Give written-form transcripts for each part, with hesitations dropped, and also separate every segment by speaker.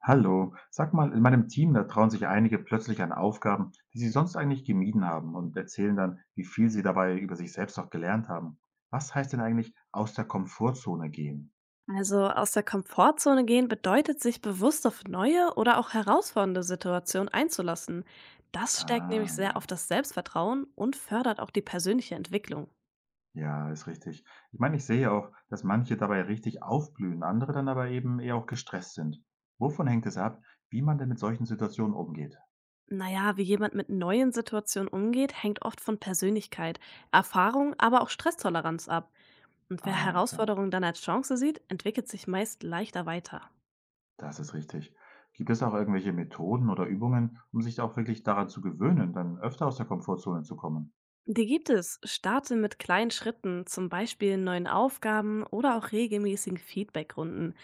Speaker 1: Hallo, sag mal, in meinem Team, da trauen sich einige plötzlich an Aufgaben, die sie sonst eigentlich gemieden haben und erzählen dann, wie viel sie dabei über sich selbst auch gelernt haben. Was heißt denn eigentlich aus der Komfortzone gehen?
Speaker 2: Also aus der Komfortzone gehen bedeutet, sich bewusst auf neue oder auch herausfordernde Situationen einzulassen. Das stärkt nämlich
Speaker 1: Ah,
Speaker 2: sehr auf
Speaker 1: ja,
Speaker 2: das Selbstvertrauen und fördert auch die persönliche Entwicklung.
Speaker 1: ja, ist richtig. Ich meine, ich sehe auch, dass manche dabei richtig aufblühen, andere dann aber eben eher auch gestresst sind. Wovon hängt es ab, wie man denn mit solchen Situationen umgeht?
Speaker 2: Naja, wie jemand mit neuen Situationen umgeht, hängt oft von Persönlichkeit, Erfahrung, aber auch Stresstoleranz ab. Und wer
Speaker 1: Ah, klar,
Speaker 2: Herausforderungen dann als Chance sieht, entwickelt sich meist leichter weiter.
Speaker 1: das ist richtig. Gibt es auch irgendwelche Methoden oder Übungen, um sich auch wirklich daran zu gewöhnen, dann öfter aus der Komfortzone zu kommen?
Speaker 2: Die gibt es. Starte mit kleinen Schritten, zum Beispiel neuen Aufgaben oder auch regelmäßigen Feedbackrunden.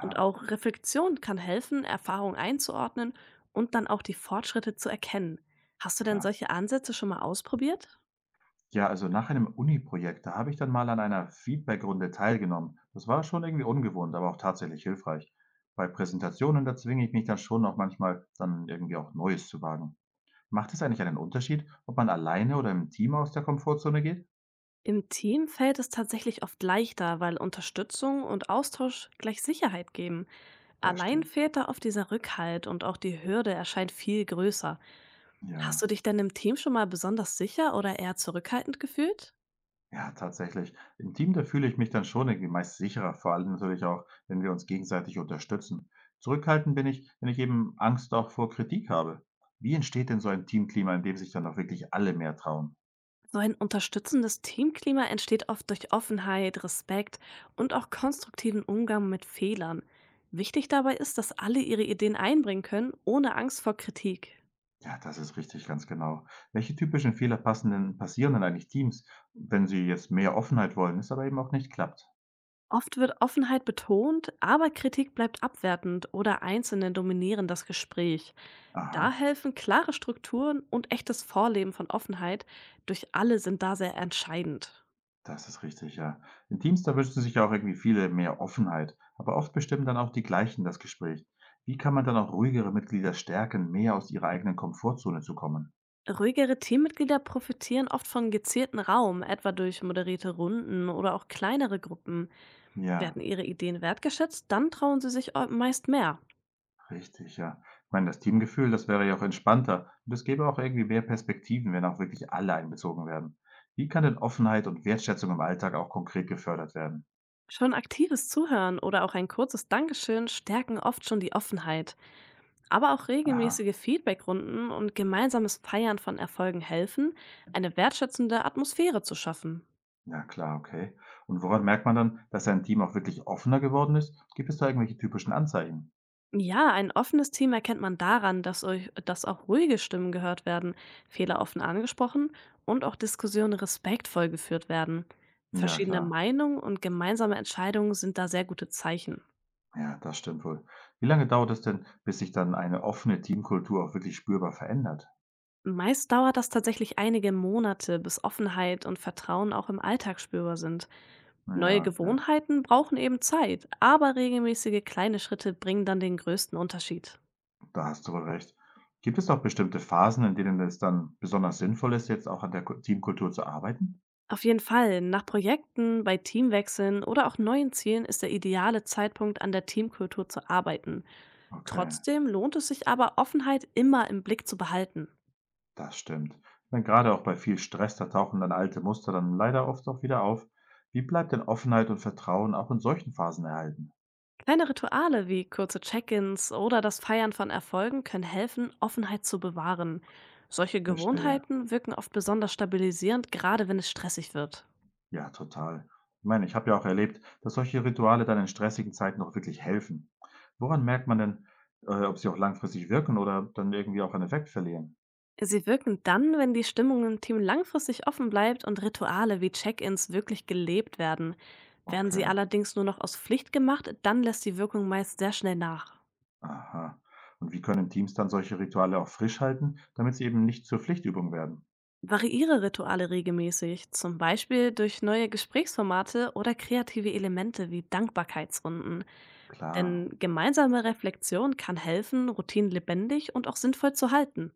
Speaker 2: Und auch Reflexion kann helfen, Erfahrungen einzuordnen und dann auch die Fortschritte zu erkennen. Hast du denn
Speaker 1: klar.
Speaker 2: solche Ansätze schon mal ausprobiert?
Speaker 1: Ja, also nach einem Uni-Projekt, da habe ich dann mal an einer Feedback-Runde teilgenommen. Das war schon irgendwie ungewohnt, aber auch tatsächlich hilfreich. Bei Präsentationen, da zwinge ich mich dann schon auch manchmal, dann irgendwie auch Neues zu wagen. Macht es eigentlich einen Unterschied, ob man alleine oder im Team aus der Komfortzone geht?
Speaker 2: Im Team fällt es tatsächlich oft leichter, weil Unterstützung und Austausch gleich Sicherheit geben.
Speaker 1: Das
Speaker 2: Allein
Speaker 1: stimmt.
Speaker 2: fehlt da oft dieser Rückhalt und auch die Hürde erscheint viel größer. Hast du
Speaker 1: Ja.
Speaker 2: dich denn im Team schon mal besonders sicher oder eher zurückhaltend gefühlt?
Speaker 1: Ja, tatsächlich. Im Team, da fühle ich mich dann schon irgendwie meist sicherer, vor allem natürlich auch, wenn wir uns gegenseitig unterstützen. Zurückhaltend bin ich, wenn ich eben Angst auch vor Kritik habe. Wie entsteht denn so ein Teamklima, in dem sich dann auch wirklich alle mehr trauen?
Speaker 2: So ein unterstützendes Teamklima entsteht oft durch Offenheit, Respekt und auch konstruktiven Umgang mit Fehlern. Wichtig dabei ist, dass alle ihre Ideen einbringen können, ohne Angst vor Kritik.
Speaker 1: Ja, das ist richtig, ganz genau. Welche typischen Fehler passieren denn eigentlich Teams, wenn sie jetzt mehr Offenheit wollen, es aber eben auch nicht klappt?
Speaker 2: Oft wird Offenheit betont, aber Kritik bleibt abwertend oder Einzelne dominieren das Gespräch. Da
Speaker 1: Aha.
Speaker 2: helfen klare Strukturen und echtes Vorleben von Offenheit. Durch alle sind da sehr entscheidend.
Speaker 1: Das ist richtig, ja. In Teams, da wünschen sich ja auch irgendwie viele mehr Offenheit, aber oft bestimmen dann auch die gleichen das Gespräch. Wie kann man dann auch ruhigere Mitglieder stärken, mehr aus ihrer eigenen Komfortzone zu kommen?
Speaker 2: Ruhigere Teammitglieder profitieren oft von gezielten Raum, etwa durch moderierte Runden oder auch kleinere Gruppen.
Speaker 1: Ja,
Speaker 2: Werden ihre Ideen wertgeschätzt, dann trauen sie sich meist mehr.
Speaker 1: richtig, ja. Ich meine, das Teamgefühl, das wäre ja auch entspannter und es gäbe auch irgendwie mehr Perspektiven, wenn auch wirklich alle einbezogen werden. Wie kann denn Offenheit und Wertschätzung im Alltag auch konkret gefördert werden?
Speaker 2: Schon aktives Zuhören oder auch ein kurzes Dankeschön stärken oft schon die Offenheit. Aber auch
Speaker 1: Aha,
Speaker 2: regelmäßige Feedbackrunden und gemeinsames Feiern von Erfolgen helfen, eine wertschätzende Atmosphäre zu schaffen.
Speaker 1: ja klar, okay. Und woran merkt man dann, dass ein Team auch wirklich offener geworden ist? Gibt es da irgendwelche typischen Anzeichen?
Speaker 2: Ja, ein offenes Team erkennt man daran, dass auch ruhige Stimmen gehört werden, Fehler offen angesprochen und auch Diskussionen respektvoll geführt werden.
Speaker 1: Ja,
Speaker 2: Verschiedene
Speaker 1: klar.
Speaker 2: Meinungen und gemeinsame Entscheidungen sind da sehr gute Zeichen.
Speaker 1: Ja, das stimmt wohl. Wie lange dauert es denn, bis sich dann eine offene Teamkultur auch wirklich spürbar verändert?
Speaker 2: Meist dauert das tatsächlich einige Monate, bis Offenheit und Vertrauen auch im Alltag spürbar sind. Neue
Speaker 1: Ja, okay,
Speaker 2: Gewohnheiten brauchen eben Zeit, aber regelmäßige kleine Schritte bringen dann den größten Unterschied.
Speaker 1: da hast du wohl recht. Gibt es auch bestimmte Phasen, in denen es dann besonders sinnvoll ist, jetzt auch an der Teamkultur zu arbeiten?
Speaker 2: Auf jeden Fall, nach Projekten, bei Teamwechseln oder auch neuen Zielen ist der ideale Zeitpunkt, an der Teamkultur zu arbeiten.
Speaker 1: Okay,
Speaker 2: Trotzdem lohnt es sich aber, Offenheit immer im Blick zu behalten.
Speaker 1: das stimmt. Denn gerade auch bei viel Stress, da tauchen dann alte Muster dann leider oft auch wieder auf. Wie bleibt denn Offenheit und Vertrauen auch in solchen Phasen erhalten?
Speaker 2: Kleine Rituale wie kurze Check-ins oder das Feiern von Erfolgen können helfen, Offenheit zu bewahren. Solche
Speaker 1: Verstehe.
Speaker 2: Gewohnheiten wirken oft besonders stabilisierend, gerade wenn es stressig wird.
Speaker 1: Ja, total. Ich meine, ich habe ja auch erlebt, dass solche Rituale dann in stressigen Zeiten auch wirklich helfen. Woran merkt man denn, ob sie auch langfristig wirken oder dann irgendwie auch einen Effekt verlieren?
Speaker 2: Sie wirken dann, wenn die Stimmung im Team langfristig offen bleibt und Rituale wie Check-ins wirklich gelebt werden. Werden sie
Speaker 1: Okay,
Speaker 2: allerdings nur noch aus Pflicht gemacht, dann lässt die Wirkung meist sehr schnell nach.
Speaker 1: aha. Und wie können Teams dann solche Rituale auch frisch halten, damit sie eben nicht zur Pflichtübung werden?
Speaker 2: Variiere Rituale regelmäßig, zum Beispiel durch neue Gesprächsformate oder kreative Elemente wie Dankbarkeitsrunden.
Speaker 1: Klar,
Speaker 2: Denn gemeinsame Reflexion kann helfen, Routinen lebendig und auch sinnvoll zu halten.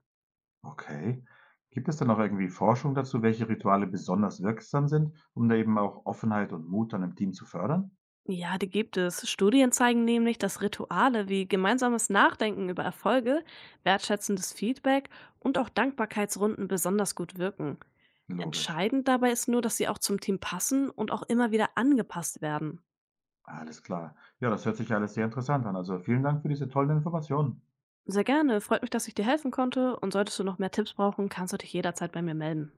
Speaker 1: okay. Gibt es denn auch irgendwie Forschung dazu, welche Rituale besonders wirksam sind, um da eben auch Offenheit und Mut dann im Team zu fördern?
Speaker 2: Ja, die gibt es. Studien zeigen nämlich, dass Rituale wie gemeinsames Nachdenken über Erfolge, wertschätzendes Feedback und auch Dankbarkeitsrunden besonders gut wirken.
Speaker 1: Logisch.
Speaker 2: Entscheidend dabei ist nur, dass sie auch zum Team passen und auch immer wieder angepasst werden.
Speaker 1: Alles klar. Ja, das hört sich ja alles sehr interessant an. Also vielen Dank für diese tollen Informationen.
Speaker 2: Sehr gerne, freut mich, dass ich dir helfen konnte und solltest du noch mehr Tipps brauchen, kannst du dich jederzeit bei mir melden.